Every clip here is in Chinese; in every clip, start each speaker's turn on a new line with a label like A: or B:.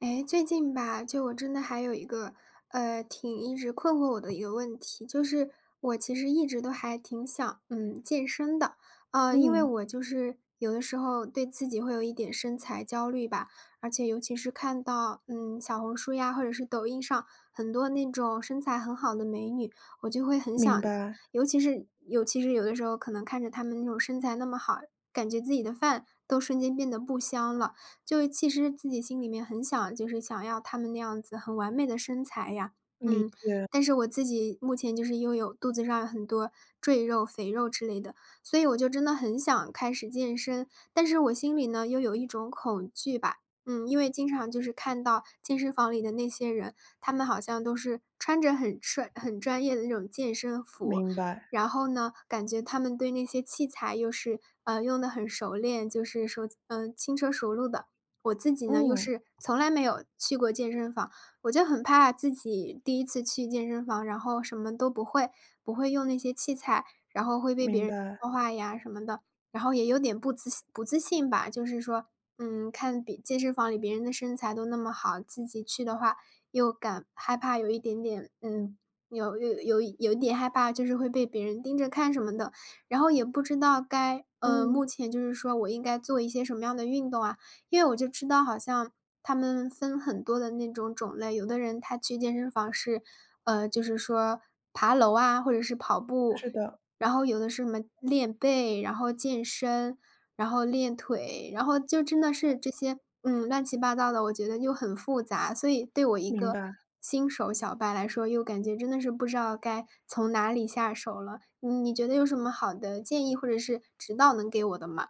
A: 哎，最近吧，就我真的还有一个，挺一直困惑我的一个问题，就是我其实一直都还挺想，健身的，因为
B: 嗯，
A: 我就是有的时候对自己会有一点身材焦虑吧，而且尤其是看到，小红书呀，或者是抖音上很多那种身材很好的美女，我就会很
B: 明
A: 想，
B: 白，
A: 尤其是有的时候可能看着她们那种身材那么好，感觉自己的饭都瞬间变得不香了。就其实自己心里面很想就是想要他们那样子很完美的身材呀，
B: 理
A: 嗯，
B: 解，
A: 但是我自己目前就是又有肚子上有很多赘肉、肥肉之类的，所以我就真的很想开始健身，但是我心里呢又有一种恐惧吧，因为经常就是看到健身房里的那些人，他们好像都是穿着很专业的那种健身服，
B: 明白，
A: 然后呢，感觉他们对那些器材又是用的很熟练，就是说轻车熟路的，我自己呢，又
B: 嗯，
A: 是从来没有去过健身房，我就很怕自己第一次去健身房，然后什么都不会，不会用那些器材，然后会被别
B: 明
A: 人
B: 白，
A: 说话呀什么的，然后也有点不自信吧，就是说，看比健身房里别人的身材都那么好，自己去的话又感害怕有一点点，有一点害怕，就是会被别人盯着看什么的，然后也不知道该，
B: 嗯，
A: 目前就是说我应该做一些什么样的运动啊。因为我就知道好像他们分很多的那种种类，有的人他去健身房是，就是说爬楼啊，或者是跑步，
B: 是的，
A: 然后有的是什么练背，然后健身，然后练腿，然后就真的是这些，乱七八糟的，我觉得就很复杂，所以对我一
B: 明
A: 个
B: 白，
A: 新手小白来说，又感觉真的是不知道该从哪里下手了。嗯你觉得有什么好的建议或者是指导能给我的吗？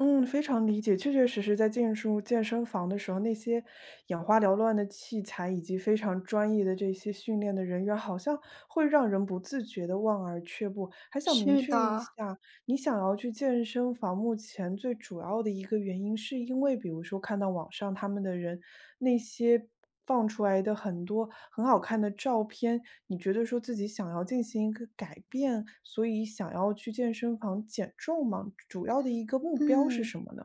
B: 嗯，非常理解。确确实实在进入健身房的时候，那些眼花缭乱的器材以及非常专业的这些训练的人员，好像会让人不自觉的望而却步。还想明
A: 是
B: 确一下，
A: 的，
B: 你想要去健身房，目前最主要的一个原因，是因为比如说看到网上他们的人那些。放出来的很多很好看的照片，你觉得说自己想要进行一个改变，所以想要去健身房减重吗？主要的一个目标是
A: 嗯。
B: 什么呢？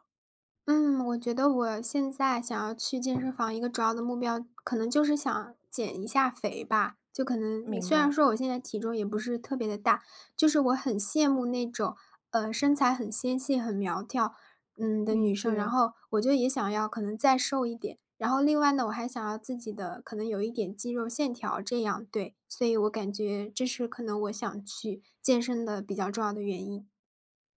A: 嗯，我觉得我现在想要去健身房一个主要的目标，可能就是想减一下肥吧。就可能
B: 明
A: 虽然
B: 白，
A: 说我现在体重也不是特别的大，就是我很羡慕那种，身材很纤细、很苗条，的
B: 理
A: 女生，然
B: 解。
A: 后我就也想要可能再瘦一点。然后另外呢，我还想要自己的可能有一点肌肉线条，这样对，所以我感觉这是可能我想去健身的比较重要的原因。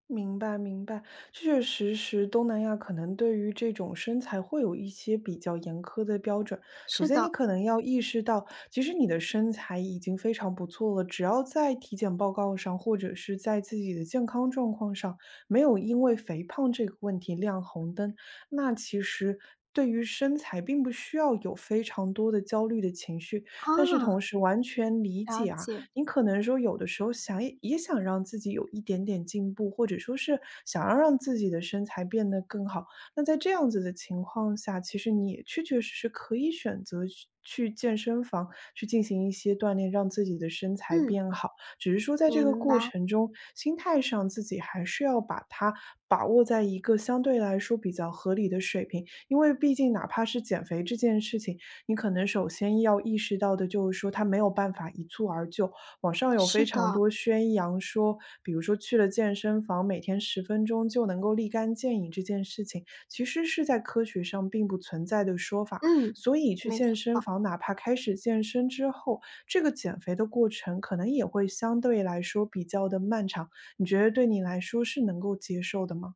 B: 明白明白，确确实实，东南亚可能对于这种身材会有一些比较严苛的标准。首
A: 是
B: 先，你
A: 的，
B: 可能要意识到，其实你的身材已经非常不错了，只要在体检报告上，或者是在自己的健康状况上，没有因为肥胖这个问题亮红灯，那其实。对于身材，并不需要有非常多的焦虑的情绪，
A: 啊，
B: 但是同时完全理
A: 了
B: 解啊，
A: 解，
B: 你可能说有的时候想也想让自己有一点点进步，或者说是想要让自己的身材变得更好。那在这样子的情况下，其实你也确确实实可以选择去健身房去进行一些锻炼，让自己的身材
A: 嗯。
B: 变好。只是说在这个
A: 明
B: 过
A: 白，
B: 程中，心态上自己还是要把它把握在一个相对来说比较合理的水平，因为毕竟哪怕是减肥这件事情，你可能首先要意识到的就是说它没有办法一蹴而就，网上有非
A: 是
B: 常
A: 的，
B: 多宣扬说，比如说去了健身房，每天十分钟就能够立竿见影这件事情，其实是在科学上并不存在的说法。
A: 嗯，
B: 所以去
A: 没
B: 健身
A: 错。
B: 房，哪怕开始健身之后，这个减肥的过程可能也会相对来说比较的漫长。你觉得对你来说是能够接受的吗？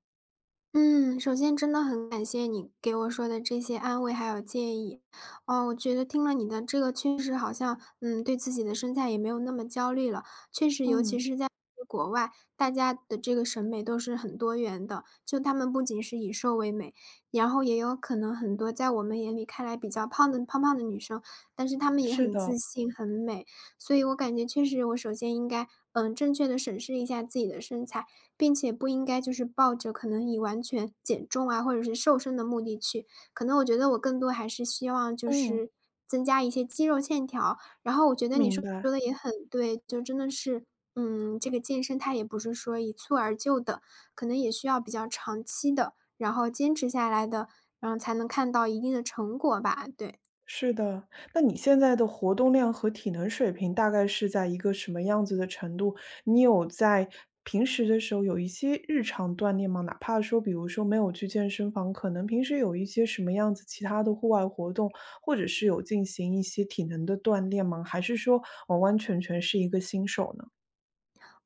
A: 嗯，首先真的很感谢你给我说的这些安慰还有建议，哦，我觉得听了你的这个确实好像，对自己的身材也没有那么焦虑了。确实，尤其
B: 嗯，
A: 是在国外，大家的这个审美都是很多元的，就他们不仅是以瘦为美，然后也有可能很多在我们眼里看来比较胖胖的女生，但是她们也
B: 是
A: 很自
B: 的，
A: 信、很美。所以我感觉确实，我首先应该，正确的审视一下自己的身材。并且不应该就是抱着可能以完全减重啊，或者是瘦身的目的去。可能我觉得我更多还是希望就
B: 嗯。
A: 是增加一些肌肉线条，然后我觉得你
B: 明
A: 说
B: 白。
A: 说的也很对，就真的是，这个健身它也不是说一蹴而就的，可能也需要比较长期的，然后坚持下来的，然后才能看到一定的成果吧，对。
B: 是的，那你现在的活动量和体能水平大概是在一个什么样子的程度？你有在平时的时候有一些日常锻炼吗？哪怕说，比如说没有去健身房，可能平时有一些什么样子其他的户外活动，或者是有进行一些体能的锻炼吗？还是说完完全全是一个新手呢？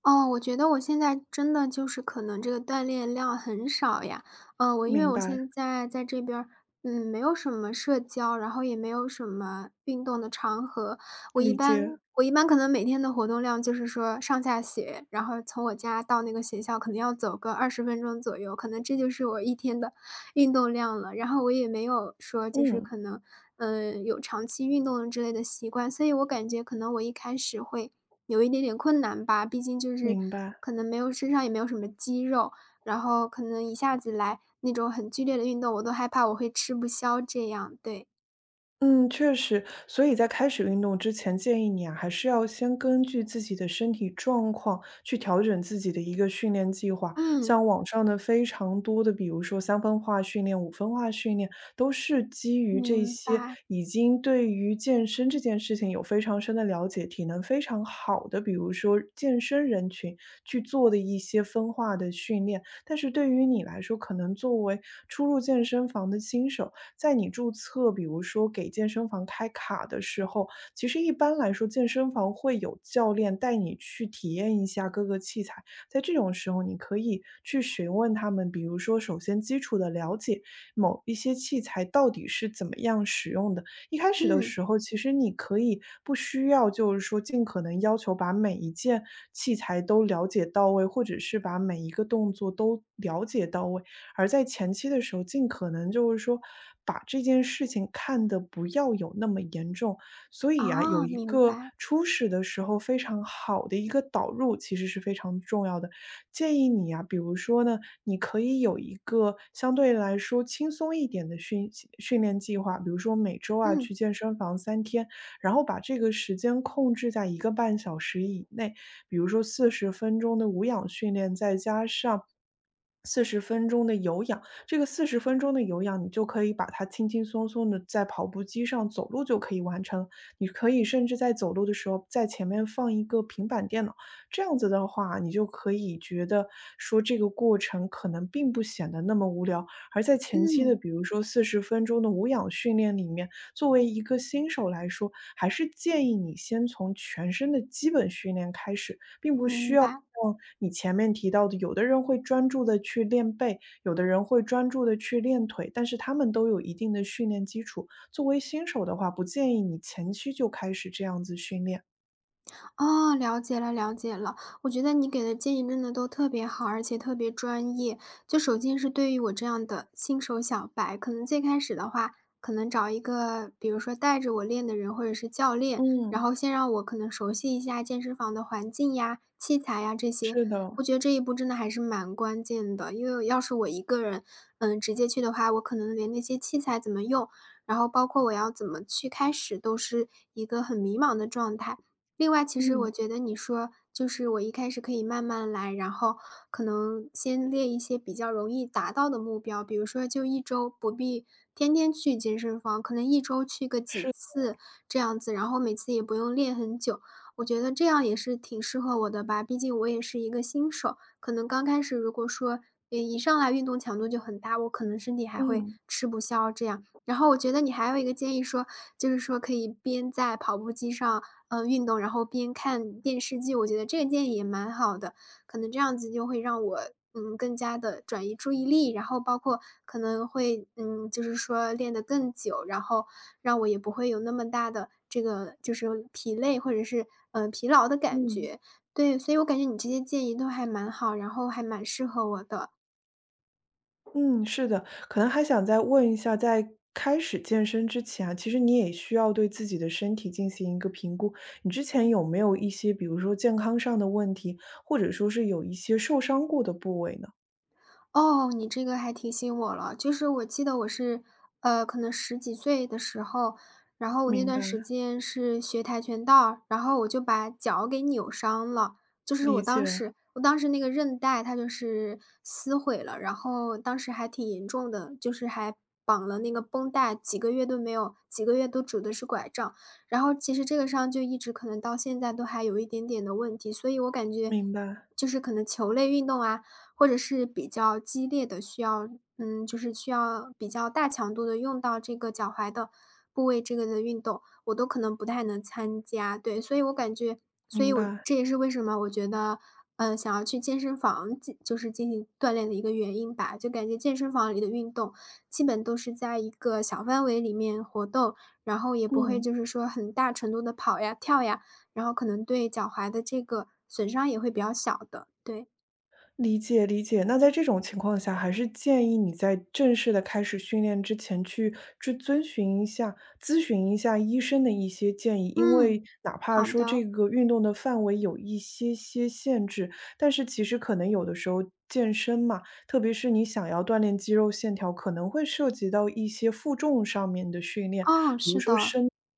A: 哦，我觉得我现在真的就是可能这个锻炼量很少呀。我因为
B: 明
A: 我
B: 白，
A: 现在在这边儿，没有什么社交，然后也没有什么运动的场合。我一
B: 理
A: 般
B: 解，
A: 我一般可能每天的活动量就是说上下学，然后从我家到那个学校可能要走个20分钟左右，可能这就是我一天的运动量了。然后我也没有说就是
B: 嗯，
A: 可能，有长期运动之类的习惯，所以我感觉可能我一开始会。有一点点困难吧，毕竟就是
B: 明白。
A: 可能没有身上也没有什么肌肉，然后可能一下子来那种很剧烈的运动，我都害怕我会吃不消这样，对。
B: 嗯，确实，所以在开始运动之前，建议你啊，还是要先根据自己的身体状况去调整自己的一个训练计划。
A: 嗯，
B: 像网上的非常多的，比如说3分化训练、5分化训练，都是基于这
A: 明
B: 些
A: 白，
B: 已经对于健身这件事情有非常深的了解、体能非常好的，比如说健身人群去做的一些分化的训练。但是对于你来说，可能作为初入健身房的新手，在你注册，比如说给健身房开卡的时候，其实一般来说健身房会有教练带你去体验一下各个器材。在这种时候，你可以去询问他们，比如说首先基础的了解某一些器材到底是怎么样使用的。一开始的
A: 嗯，
B: 时候，其实你可以不需要就是说尽可能要求把每一件器材都了解到位，或者是把每一个动作都了解到位。而在前期的时候，尽可能就是说把这件事情看得不要有那么严重。所以啊，有
A: 啊，
B: 一
A: 明
B: 个
A: 白，
B: 初始的时候非常好的一个导入，其实是非常重要的。建议你啊，比如说呢，你可以有一个相对来说轻松一点的训练计划，比如说每周啊
A: 嗯，
B: 去健身房3天，然后把这个时间控制在1个半小时以内。比如说四十分钟的无氧训练，再加上四十分钟的有氧。这个四十分钟的有氧，你就可以把它轻轻松松的在跑步机上走路就可以完成。你可以甚至在走路的时候，在前面放一个平板电脑，这样子的话，你就可以觉得说这个过程可能并不显得那么无聊。而在前期的
A: 嗯，
B: 比如说四十分钟的无氧训练里面，作为一个新手来说，还是建议你先从全身的基本训练开始。
A: 明白。
B: 你前面提到的，有的人会专注的去练背，有的人会专注的去练腿，但是他们都有一定的训练基础。作为新手的话，不建议你前期就开始这样子训练。
A: 哦，了解了。我觉得你给的建议真的都特别好，而且特别专业。就首先是对于我这样的新手小白，可能最开始的话，可能找一个比如说带着我练的人或者是教练，然
B: 嗯，
A: 后先让我可能熟悉一下健身房的环境呀、器材呀这些。
B: 是
A: 我
B: 的，
A: 觉得这一步真的还是蛮关键的，因为要是我一个人，直接去的话，我可能连那些器材怎么用，然后包括我要怎么去开始，都是一个很迷茫的状态。另外，其实我
B: 嗯，
A: 觉得你说，就是我一开始可以慢慢来，然后可能先列一些比较容易达到的目标，比如说就一周不必天天去健身房，可能一周去个几
B: 是，
A: 次这样子，然后每次也不用练很久。我觉得这样也是挺适合我的吧，毕竟我也是一个新手，可能刚开始如果说，一上来运动强度就很大，我可能身体还会
B: 嗯
A: 吃不消这样。然后我觉得你还有一个建议说，就是说可以边在跑步机上，运动，然后边看电视剧，我觉得这个建议也蛮好的。可能这样子就会让我，更加的转移注意力，然后包括可能会，就是说练得更久，然后让我也不会有那么大的这个就是疲累或者是，疲劳的感
B: 嗯。
A: 觉。对，所以我感觉你这些建议都还蛮好，然后还蛮适合我的。
B: 嗯，是的，可能还想再问一下，在开始健身之前啊，其实你也需要对自己的身体进行一个评估。你之前有没有一些，比如说健康上的问题，或者说是有一些受伤过的部位呢？
A: 哦，你这个还提醒我了。就是我记得我是，可能十几岁的时候，然后我那
B: 明白，
A: 段时间是学跆拳道，然后我就把脚给扭伤了。就是
B: 理
A: 我
B: 解，
A: 当时我当时那个韧带它就是撕毁了，然后当时还挺严重的，就是还绑了那个绷带，几个月都没有几个月都拄的是拐杖。然后其实这个伤就一直可能到现在都还有一点点的问题，所以我感觉
B: 明白，
A: 就是可能球类运动啊，或者是比较激烈的需要就是需要比较大强度的用到这个脚踝的部位这个的运动，我都可能不太能参加。对，所以我感觉所以
B: 明
A: 我
B: 白，
A: 这也是为什么我觉得，想要去健身房进就是进行锻炼的一个原因吧。就感觉健身房里的运动基本都是在一个小范围里面活动，然后也不会
B: 嗯。
A: 就是说很大程度的跑呀、跳呀，然后可能对脚踝的这个损伤也会比较小的，对。
B: 理解理解，那在这种情况下，还是建议你在正式的开始训练之前去遵循一下、咨询一下医生的一些建议，因
A: 嗯。
B: 为哪怕
A: 好
B: 说这
A: 的，
B: 个运动的范围有一些些限制，但是其实可能有的时候健身嘛，特别是你想要锻炼肌肉线条，可能会涉及到一些负重上面的训练。
A: 哦，是的，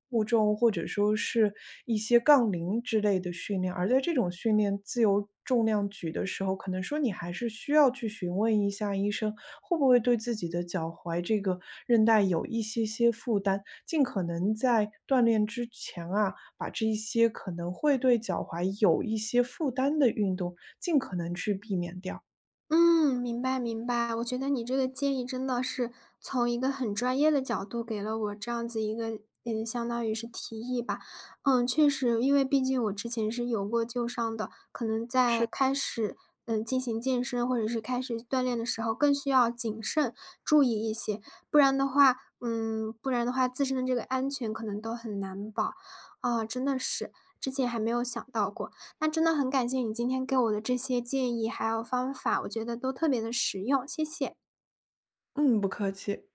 B: 负重或者说是一些杠铃之类的训练，而在这种训练自由重量举的时候，可能说你还是需要去询问一下医生，会不会对自己的脚踝这个韧带有一些些负担，尽可能在锻炼之前啊，把这一些可能会对脚踝有一些负担的运动，尽可能去避免掉。
A: 嗯，明白明白。我觉得你这个建议真的是从一个很专业的角度给了我这样子一个，相当于是提议吧。确实，因为毕竟我之前是有过旧伤的，可能在开始进行健身或者是开始锻炼的时候，更需要谨慎注意一些，不然的话，嗯，不然的话自身的这个安全可能都很难保。啊，真的是，之前还没有想到过。那真的很感谢你今天给我的这些建议还有方法，我觉得都特别的实用，谢谢。
B: 嗯，不客气。